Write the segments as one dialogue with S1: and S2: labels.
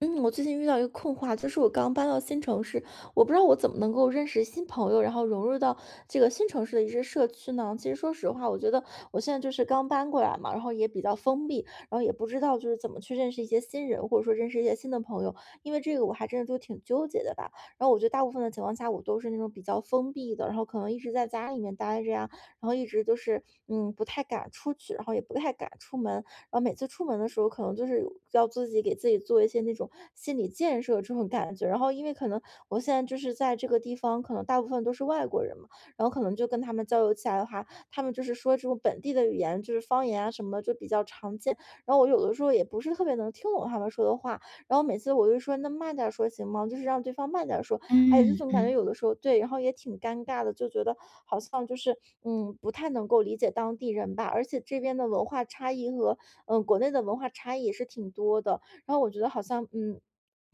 S1: 嗯，我最近遇到一个困惑啊，就是我刚搬到新城市，我不知道我怎么能够认识新朋友，然后融入到这个新城市的一些社区呢？其实说实话，我觉得我现在就是刚搬过来嘛，然后也比较封闭，然后也不知道就是怎么去认识一些新人，或者说认识一些新的朋友，因为这个我还真的就挺纠结的吧。然后我觉得大部分的情况下，我都是那种比较封闭的，然后可能一直在家里面待着呀，然后一直就是不太敢出去，然后也不太敢出门，然后每次出门的时候，可能就是要自己给自己做一些那种心理建设这种感觉。然后因为可能我现在就是在这个地方，可能大部分都是外国人嘛，然后可能就跟他们交流起来的话，他们就是说这种本地的语言，就是方言啊什么的就比较常见。然后我有的时候也不是特别能听懂他们说的话，然后每次我就说那慢点儿说行吗？就是让对方慢点儿说，哎呀，就
S2: 嗯
S1: 总感觉
S2: 嗯
S1: 有的时候对，然后也挺尴尬的，就觉得好像就是，不太能够理解当地人吧，而且这边的文化差异和国内的文化差异也是挺多的，然后我觉得好像。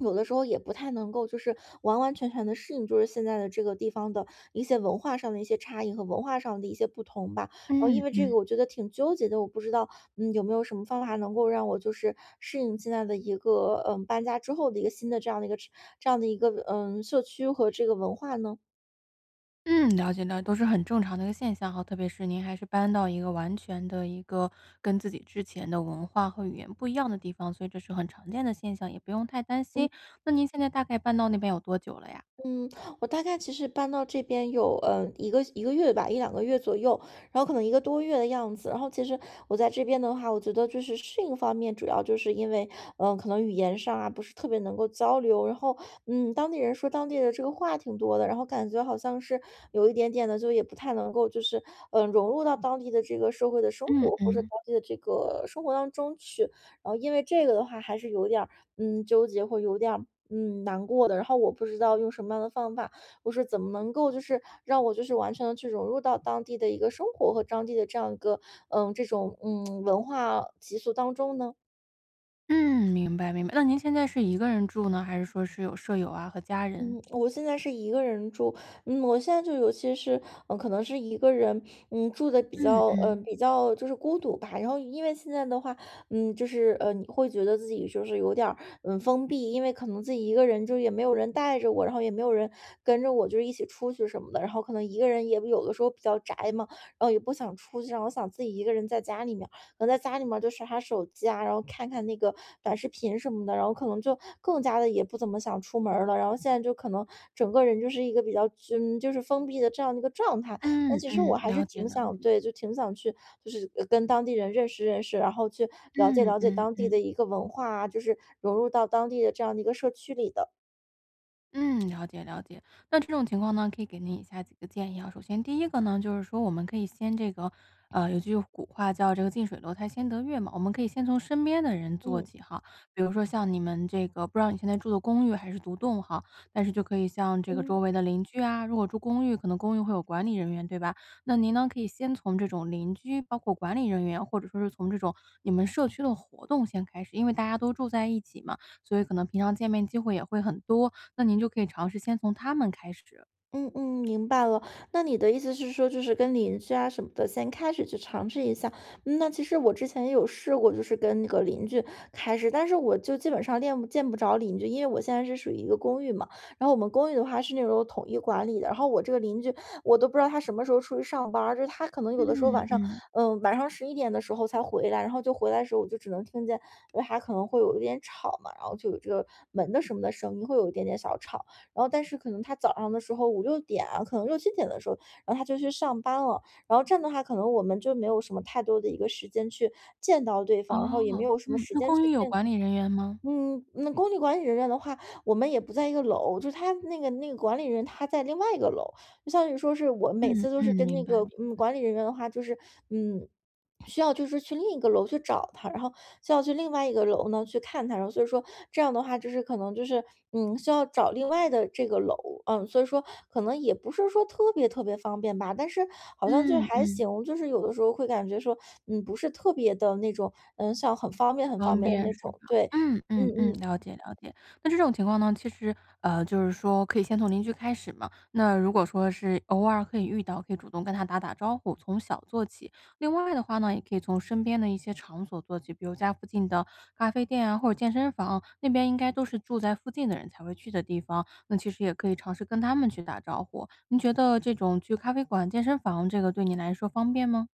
S1: 有的时候也不太能够，就是完完全全的适应，就是现在的这个地方的一些文化上的一些差异和文化上的一些不同吧。然后因
S2: 嗯
S1: 为这个
S2: 嗯
S1: 我觉得挺纠结的，我不知道，有没有什么方法能够让我就是适应现在的一个，搬家之后的一个新的这样的一个，社区和这个文化呢？
S2: 嗯，了解了解，都是很正常的一个现象哈。特别是您还是搬到一个完全的一个跟自己之前的文化和语言不一样的地方，所以这是很常见的现象，也不用太担心。那您现在大概搬到那边有多久了呀？
S1: 嗯，我大概其实搬到这边有，一个月吧一两个月左右，然后可能一个多月的样子。然后其实我在这边的话，我觉得就是适应方面，主要就是因为，可能语言上啊，不是特别能够交流。然后，当地人说当地的这个话挺多的，然后感觉好像是有一点点的，就也不太能够就是，融入到当地的这个社会的生
S2: 嗯
S1: 活，或者当
S2: 嗯
S1: 地的这个生活当中去。然后因为这个的话，还是有点儿纠结或有点儿，难过的。然后我不知道用什么样的方法，我说怎么能够就是让我就是完全的去融入到当地的一个生活和当地的这样一个，这种，文化习俗当中呢？
S2: 嗯，明白明白。那您现在是一个人住呢，还是说是有舍友啊和家
S1: 嗯，
S2: 人？
S1: 我现在是一个人住，我现在就尤其是，可能是一个人，住的比
S2: 嗯
S1: 较，嗯，
S2: 嗯
S1: 比较就是孤独吧。然后因为现在的话，就是你会觉得自己就是有点儿，封闭，因为可能自己一个人就也没有人带着我，然后也没有人跟着我，就是一起出去什么的。然后可能一个人也有的时候比较宅嘛，然后也不想出去，然后想自己一个人在家里面。可能在家里面就刷刷手机啊，然后看看那个短视频什么的，然后可能就更加的也不怎么想出门儿了。然后现在就可能整个人就是一个比较，就是封闭的这样的一个状态。但
S2: 嗯
S1: 其实我
S2: 嗯，
S1: 还是
S2: 了解
S1: 挺
S2: 了
S1: 想
S2: 解。
S1: 对，就挺想去，就是跟当地人认识认识，然后去了解
S2: 嗯
S1: 了解
S2: 嗯
S1: 当地的
S2: 嗯。
S1: 一个文化啊，就是融入到当地的这样的一个社区里的。
S2: 嗯，了解了解。那这种情况呢，可以给您以下几个建议啊。首先，第一个呢，就是说我们可以先这个，有句古话叫这个“近水楼台先得月”嘛，我们可以先从身边的人做
S1: 嗯
S2: 起哈。比如说像你们这个，不知道你现在住的公寓还是独栋哈，但是就可以像这个周
S1: 嗯，
S2: 围的邻居啊，如果住公寓，可能公寓会有管理人员，对吧？那您呢，可以先从这种邻居，包括管理人员，或者说是从这种你们社区的活动先开始，因为大家都住在一起嘛，所以可能平常见面机会也会很多。那您就可以尝试先从他们开始。
S1: 嗯嗯，明白了。那你的意思是说，就是跟邻居啊什么的，先开始去尝试一下。那其实我之前也有试过，就是跟那个邻居开始，但是我就基本上见不着邻居，因为我现在是属于一个公寓嘛。然后我们公寓的话是那种统一管理的，然后我这个邻居我都不知道他什么时候出去上班儿，就是他可能有的时候
S2: 嗯
S1: 晚上，
S2: 嗯。
S1: 嗯，晚上11点的时候才回来，然后就回来的时候我就只能听见，因为他可能会有一点吵嘛，然后就有这个门的什么的声音，会有一点点小吵。然后但是可能他早上的时候5、6点啊，可能6、7点的时候，然后他就去上班了。然后这样的话，可能我们就没有什么太多的一个时间去见到对
S2: 哦，
S1: 方，然后也没有什么
S2: 嗯。
S1: 时
S2: 那
S1: 间
S2: 公寓
S1: 去
S2: 有
S1: 见。
S2: 管理人员吗？
S1: 那工地管理人员的话，我们也不在一个楼，就是他那个管理人他在另外一个楼，就相当于说是我每
S2: 嗯
S1: 次都是
S2: 嗯。
S1: 跟那
S2: 明白
S1: 个
S2: 明白。
S1: 管理人员的话，就是嗯需要就是去另一个楼去找他，然后需要去另外一个楼呢去看他，然后所以说这样的话就是可能就是需要找另外的这个楼，所以说可能也不是说特别特别方便吧，但是好像就
S2: 嗯
S1: 还
S2: 嗯。
S1: 行，就是有的时候会感觉说不是特别的那种，像很方便很方
S2: 方
S1: 便的
S2: 便
S1: 那
S2: 是吧？
S1: 种，对。
S2: 嗯嗯
S1: 嗯
S2: 嗯，
S1: 嗯
S2: 了解了解。那这种情况呢，其实就是说可以先从邻居开始嘛。那如果说是偶尔可以遇到，可以主动跟他打打招呼，从小做起。另外的话呢，也可以从身边的一些场所做起，比如家附近的咖啡店啊，或者健身房，那边应该都是住在附近的人才会去的地方。那其实也可以尝试跟他们去打招呼。您觉得这种去咖啡馆、健身房这个对你来说方便吗？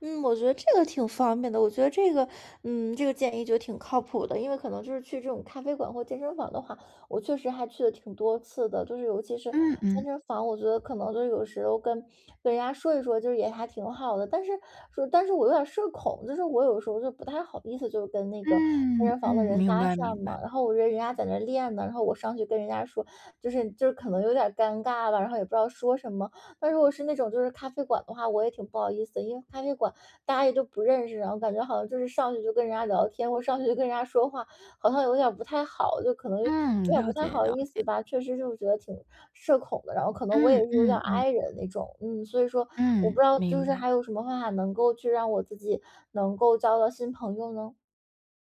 S1: 嗯，我觉得这个挺方便的。我觉得这个建议就挺靠谱的，因为可能就是去这种咖啡馆或健身房的话，我确实还去了挺多次的。就是尤其是
S2: 嗯
S1: 健
S2: 嗯
S1: 身房，我觉得可能就是有时候跟人家说一说，就是也还挺好的。但是我有点社恐，就是我有时候就不太好意思，就跟那个健
S2: 嗯
S1: 身
S2: 嗯，
S1: 房的人
S2: 明
S1: 搭
S2: 白
S1: 讪
S2: 明白。
S1: 嘛。然后我觉得人家在那儿练呢，然后我上去跟人家说，就是可能有点尴尬吧，然后也不知道说什么。但如果是那种就是咖啡馆的话，我也挺不好意思的，因为咖啡馆大家也都不认识，然后感觉好像就是上去就跟人家聊天，或上去就跟人家说话，好像有点儿不太好，就可能有
S2: 嗯，
S1: 点儿
S2: 了
S1: 不太
S2: 解
S1: 好
S2: 了
S1: 意思
S2: 解。
S1: 吧。确实就觉得挺社恐的，然后可能我
S2: 嗯
S1: 也是有点儿
S2: 嗯嗯
S1: i 人那种，所以说我
S2: 嗯，
S1: 不知道就
S2: 明
S1: 是
S2: 白。
S1: 还有什么方法能够去让我自己能够交到新朋友呢？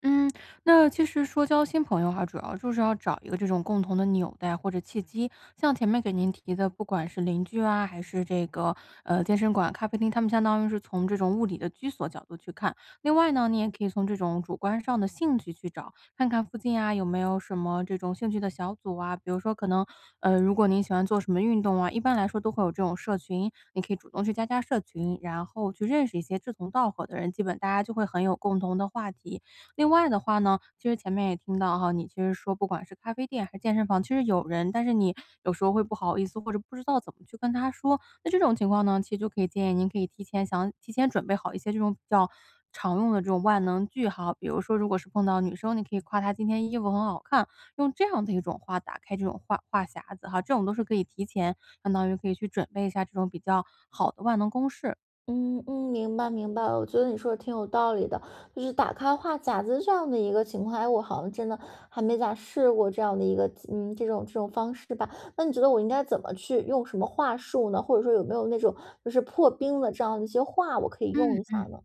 S2: 嗯，那其实说交新朋友哈，主要就是要找一个这种共同的纽带或者契机。像前面给您提的，不管是邻居啊，还是这个健身馆、咖啡厅，他们相当于是从这种物理的居所角度去看。另外呢，你也可以从这种主观上的兴趣去找，看看附近啊有没有什么这种兴趣的小组啊。比如说，可能如果您喜欢做什么运动啊，一般来说都会有这种社群，你可以主动去加加社群，然后去认识一些志同道合的人，基本大家就会很有共同的话题。另外的话呢，其实前面也听到哈，你其实说不管是咖啡店还是健身房，其实有人，但是你有时候会不好意思，或者不知道怎么去跟他说。那这种情况呢，其实就可以建议您可以提前想提前准备好一些这种比较常用的这种万能句哈，比如说如果是碰到女生，你可以夸她今天衣服很好看，用这样的一种话打开这种话话匣子哈，这种都是可以提前相当于可以去准备一下这种比较好的万能公式。
S1: 嗯嗯，明白明白，我觉得你说的挺有道理的，就是打开话匣子这样的一个情况，哎，我好像真的还没咋试过这样的一个，这种方式吧。那你觉得我应该怎么去用什么话术呢？或者说有没有那种就是破冰的这样的一些话，我可以用
S2: 嗯
S1: 一下
S2: 嗯。
S1: 呢？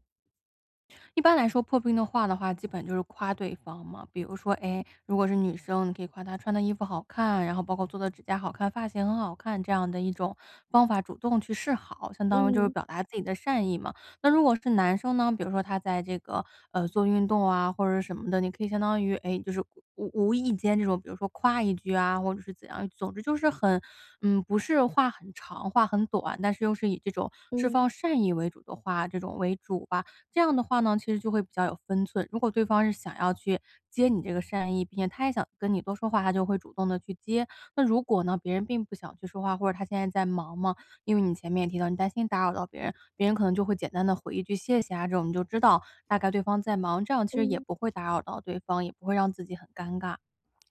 S2: 一般来说，破冰的话的话，基本就是夸对方嘛。比如说，哎，如果是女生，你可以夸她穿的衣服好看，然后包括做的指甲好看，发型很好看，这样的一种方法主动去示好，相当于就是
S1: 嗯
S2: 表达自己的善意嘛。那如果是男生呢，比如说他在这个做运动啊或者是什么的，你可以相当于哎，就是无意间这种，比如说夸一句啊，或者是怎样，总之就是很不是话很长，话很短，但是又是以这种释
S1: 嗯
S2: 放善意为主的话，这种为主吧。这样的话呢，其实就会比较有分寸。如果对方是想要去接你这个善意，并且他也想跟你多说话，他就会主动的去接。那如果呢，别人并不想去说话，或者他现在在忙嘛，因为你前面也提到你担心打扰到别人，别人可能就会简单的回一句“谢谢”啊，这种你就知道大概对方在忙，这样其实也
S1: 嗯。
S2: 不会打扰到对方，也不会让自己很尴尬。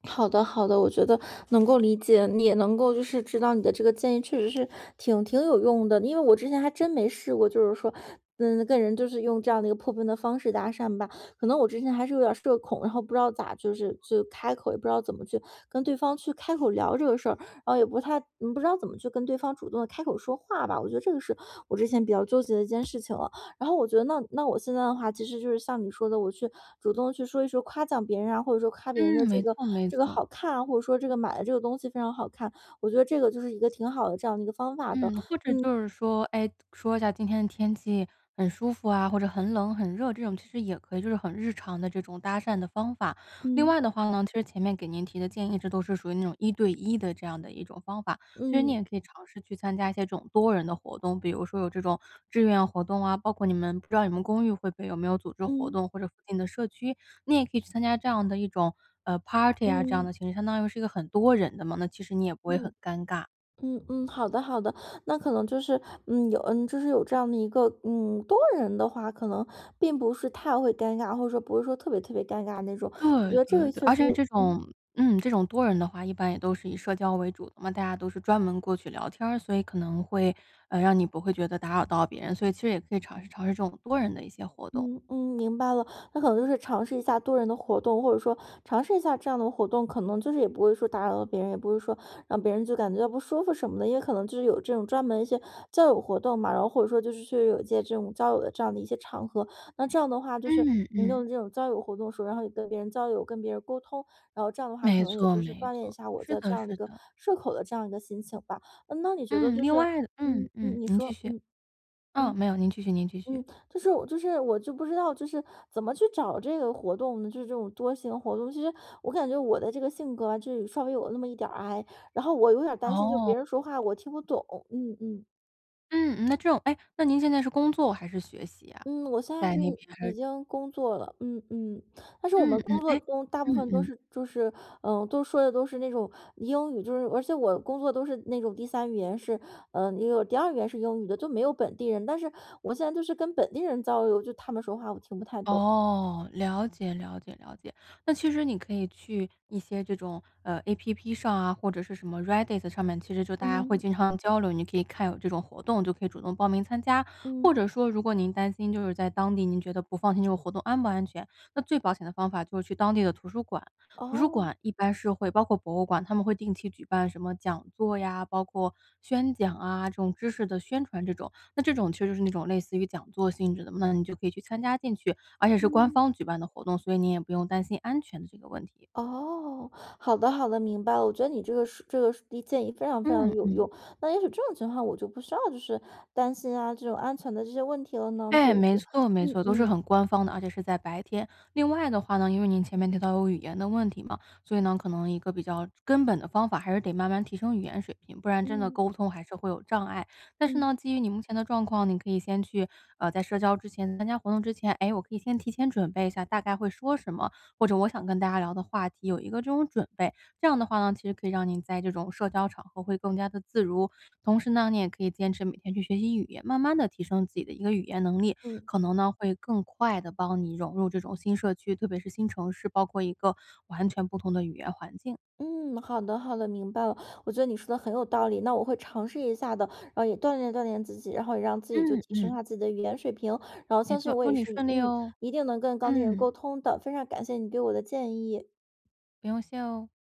S1: 好的，好的，我觉得能够理解，你也能够知道你的这个建议确实是挺有用的，因为我之前还真没试过，就是说，跟人就是用这样的一个破冰的方式搭讪吧，可能我之前还是有点儿社恐，然后不知道咋就开口，也不知道怎么去跟对方去开口聊这个事儿，然后也不太不知道怎么去跟对方主动的开口说话吧，我觉得这个是我之前比较纠结的一件事情了。然后我觉得那我现在的话，其实就是像你说的，我去主动去说一说夸奖别人啊，或者说夸别人的
S2: 嗯，没错没
S1: 这个
S2: 错。
S1: 好看啊，或者说这个买的这个东西非常好看，我觉得这个就是一个挺好的这样的一个方法的。
S2: 嗯，或者就是说，哎，说一下今天的天气很舒服啊，或者很冷很热，这种其实也可以，就是很日常的这种搭讪的方法。另
S1: 嗯。
S2: 外的话呢，其实前面给您提的建议，这都是属于那种一对一的这样的一种方法。其实你
S1: 嗯。
S2: 也可以尝试去参加一些这种多人的活动，比如说有这种志愿活动啊，包括你们不知道你们公寓会不会有没有组织活
S1: 嗯。
S2: 动，或者附近的社区，你也可以去参加这样的一种party 啊这样
S1: 嗯。
S2: 的形式，相当于是一个很多人的嘛，那其实你也不会很
S1: 嗯。
S2: 尴尬。
S1: 嗯。嗯，好的好的，那可能就是有就是有这样的一个多人的话，可能并不是太会尴尬，或者说不会说特别特别尴尬那种。我觉
S2: 对
S1: 得这
S2: 对
S1: 个
S2: 对，
S1: 确
S2: 而
S1: 实
S2: 且这
S1: 嗯。
S2: 种嗯，这种多人的话，一般也都是以社交为主的嘛，大家都是专门过去聊天儿，所以可能会，让你不会觉得打扰到别人，所以其实也可以尝试尝试这种多人的一些活动。
S1: 嗯嗯，明白了。那可能就是尝试一下多人的活动，或者说尝试一下这样的活动，可能就是也不会说打扰到别人，也不会说让别人就感觉到不舒服什么的，因为可能就是有这种专门一些交友活动嘛，然后或者说就是确实有一些这种交友的这样的一些场合，那这样的话就是
S2: 嗯
S1: 你用
S2: 嗯，
S1: 这种交友活动的时候，然后也跟别人交流，跟别人沟通，然后这样的话
S2: 没
S1: 可能也
S2: 错
S1: 就是
S2: 没
S1: 锻炼一
S2: 错。
S1: 下我
S2: 是
S1: 在这
S2: 的是
S1: 样的一个
S2: 的，
S1: 社恐的这样一个心情吧。嗯，那你觉得
S2: 嗯，
S1: 就
S2: 另
S1: 是，
S2: 外的，嗯
S1: 嗯
S2: 嗯，
S1: 嗯，你
S2: 您继
S1: 说，
S2: 续，
S1: 嗯
S2: 嗯，
S1: 嗯。
S2: 没有，您继续您继
S1: 嗯，
S2: 续。
S1: 我就不知道怎么去找这个活动呢？就是这种多型活动，其实我感觉我的这个性格啊，就是稍微有那么一点儿 i，然后我有点儿担心，就
S2: 哦，
S1: 别人说话我听不懂。嗯。嗯。
S2: 嗯，嗯那这种哎，那您现在是工作还是学习啊？
S1: 嗯，我现在
S2: 在
S1: 是
S2: 那边还
S1: 已
S2: 是
S1: 经工作了，嗯嗯，但是我
S2: 嗯
S1: 们
S2: 嗯，
S1: 工作
S2: 哎，
S1: 中大
S2: 嗯
S1: 部分都
S2: 嗯。
S1: 是就是都说的都是那种英语，就是而且我工作都是那种第三语言是也有第二语言是英语的，就没有本地人。但是我现在就是跟本地人交流，就他们说话我听不太懂。
S2: 哦，了解了解了解。那其实你可以去一些这种，APP 上啊，或者是什么 Reddit 上面，其实就大家会
S1: 嗯。
S2: 经常交流，你可以看有这种活动，就可以主动报名参加。或
S1: 嗯。
S2: 者说如果您担心就是在当地您觉得不放心这个活动安不安全，那最保险的方法就是去当地的图书馆。图书
S1: 哦。
S2: 馆一般是会包括博物馆，他们会定期举办什么讲座呀，包括宣讲啊，这种知识的宣传这种。那这种其实就是那种类似于讲座性质的，那你就可以去参加进去，而且是官
S1: 嗯。
S2: 方举办的活动，所以你也不用担心安全的这个问题。
S1: 哦，好的好的，明白了。我觉得你这个是建议非常非常
S2: 嗯
S1: 有
S2: 嗯。
S1: 用。那也许这种情况我就不需要担心啊这种安全的这些问题了呢，就
S2: 哎，
S1: 是，
S2: 没错没
S1: 嗯。
S2: 错，都是
S1: 嗯。
S2: 很官方的，而且是在白天。另外的话呢，因为您前面提到有语言的问题嘛，所以呢，可能一个比较根本的方法，还是得慢慢提升语言水平，不然真的
S1: 嗯。
S2: 沟通还是会有障碍。但是
S1: 嗯。
S2: 呢，基于你目前的状况，你可以先去，在社交之前、参加活动之前，哎，我可以先提前准备一下，大概会说什么，或者我想跟大家聊的话题，有一个这种准备。这样的话呢，其实可以让您在这种社交场合会更加的自如，同时呢，你也可以坚持每天去学习语言，慢慢的提升自己的一个语言能力，
S1: 嗯。
S2: 可能呢，会更快的帮你融入这种新社区，特别是新城市，包括一个完全不同的语言环境。
S1: 嗯，好的好的，明白了。我觉得你说的很有道理，那我会尝试一下的，然后也锻炼锻炼自己，然后也让自己就
S2: 嗯
S1: 提升一
S2: 嗯，
S1: 下自己的语言水平，然后
S2: 没
S1: 相
S2: 错，
S1: 信我
S2: 祝
S1: 也
S2: 你
S1: 是，
S2: 顺利
S1: 嗯，
S2: 哦。
S1: 一定能跟当地人沟
S2: 嗯，
S1: 通的。非常感谢你给我的建议。
S2: 不用谢哦。